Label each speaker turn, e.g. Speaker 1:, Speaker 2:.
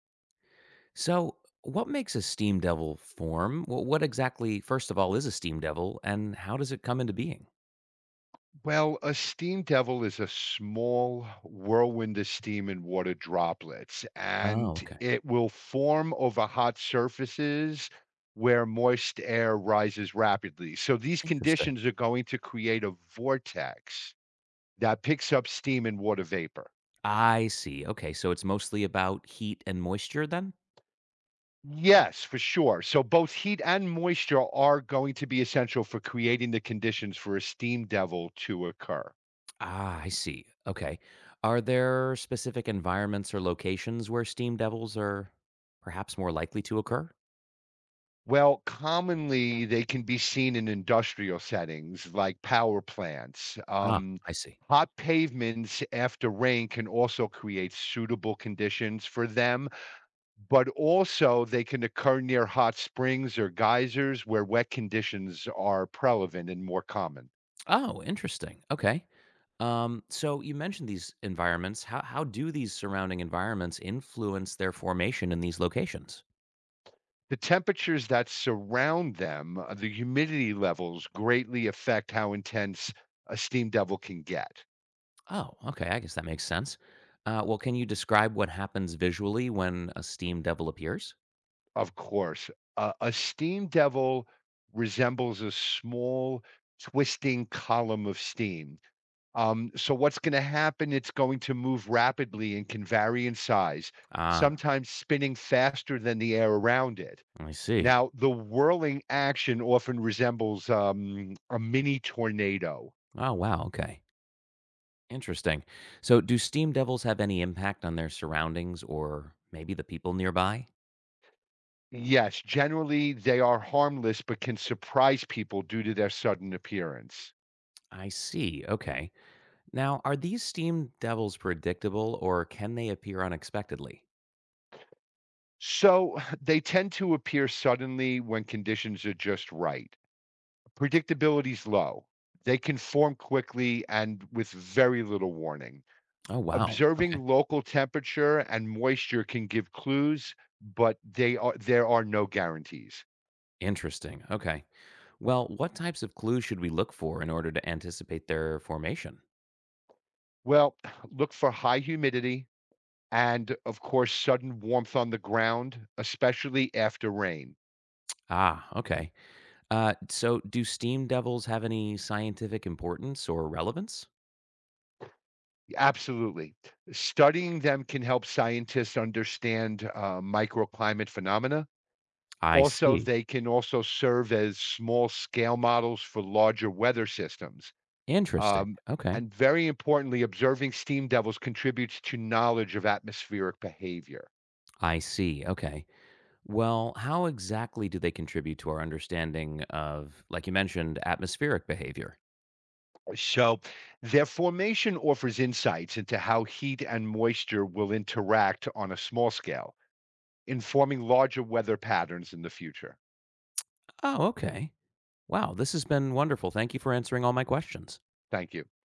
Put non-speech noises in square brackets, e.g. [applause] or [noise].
Speaker 1: So, what makes a steam devil form? Well, what exactly, first of all, is a steam devil and how does it come into being?
Speaker 2: Well, a steam devil is a small whirlwind of steam and water droplets,
Speaker 1: Oh,
Speaker 2: and
Speaker 1: okay.
Speaker 2: it will form over hot surfaces where moist air rises rapidly. So these
Speaker 1: Interesting.
Speaker 2: conditions are going to create a vortex that picks up steam and water vapor.
Speaker 1: I see. Okay. So, it's mostly about heat and moisture then?
Speaker 2: Yes, for sure. So both heat and moisture are going to be essential for creating the conditions for a steam devil to occur.
Speaker 1: Ah, I see. Okay. Are there specific environments or locations where steam devils are perhaps more likely to occur?
Speaker 2: Well, commonly they can be seen in industrial settings like power plants.
Speaker 1: Ah, I see.
Speaker 2: Hot pavements after rain can also create suitable conditions for them, but also they can occur near hot springs or geysers where wet conditions are prevalent and more common.
Speaker 1: Oh, interesting. Okay. So you mentioned these environments. How do these surrounding environments influence their formation in these locations?
Speaker 2: The temperatures that surround them, the humidity levels greatly affect how intense a steam devil can get.
Speaker 1: Oh, okay. I guess that makes sense. Well, can you describe what happens visually when a steam devil appears?
Speaker 2: Of course. A steam devil resembles a small twisting column of steam. So what's going to happen? It's going to move rapidly and can vary in size,
Speaker 1: Ah,
Speaker 2: sometimes spinning faster than the air around it.
Speaker 1: I see.
Speaker 2: Now, the whirling action often resembles a mini tornado.
Speaker 1: Oh, wow. Okay. Interesting. So, do steam devils have any impact on their surroundings or maybe the people nearby?
Speaker 2: Yes, generally they are harmless, but can surprise people due to their sudden appearance.
Speaker 1: I see. Okay. Now, are these steam devils predictable or can they appear unexpectedly?
Speaker 2: So [laughs] they tend to appear suddenly when conditions are just right. Predictability's low. They can form quickly and with very little warning.
Speaker 1: Oh, wow. Okay.
Speaker 2: Observing local temperature and moisture can give clues, but they are there are no guarantees.
Speaker 1: Interesting. Okay. Well, what types of clues should we look for in order to anticipate their formation?
Speaker 2: Well, [sighs] look for high humidity and of course sudden warmth on the ground, especially after rain.
Speaker 1: Ah, okay. So do steam devils have any scientific importance or relevance?
Speaker 2: Absolutely. Studying them can help scientists understand microclimate phenomena.
Speaker 1: I
Speaker 2: Also,
Speaker 1: see.
Speaker 2: they can also serve as small scale models for larger weather systems.
Speaker 1: Interesting.
Speaker 2: Um,
Speaker 1: Okay.
Speaker 2: and very importantly, observing steam devils contributes to knowledge of atmospheric behavior.
Speaker 1: I see. Okay. Well, how exactly do they contribute to our understanding of, like you mentioned, atmospheric behavior?
Speaker 2: So, their formation offers insights into how heat and moisture will interact on a small scale, informing larger weather patterns in the future.
Speaker 1: Oh, okay. Wow, this has been wonderful. Thank you for answering all my questions.
Speaker 2: Thank you.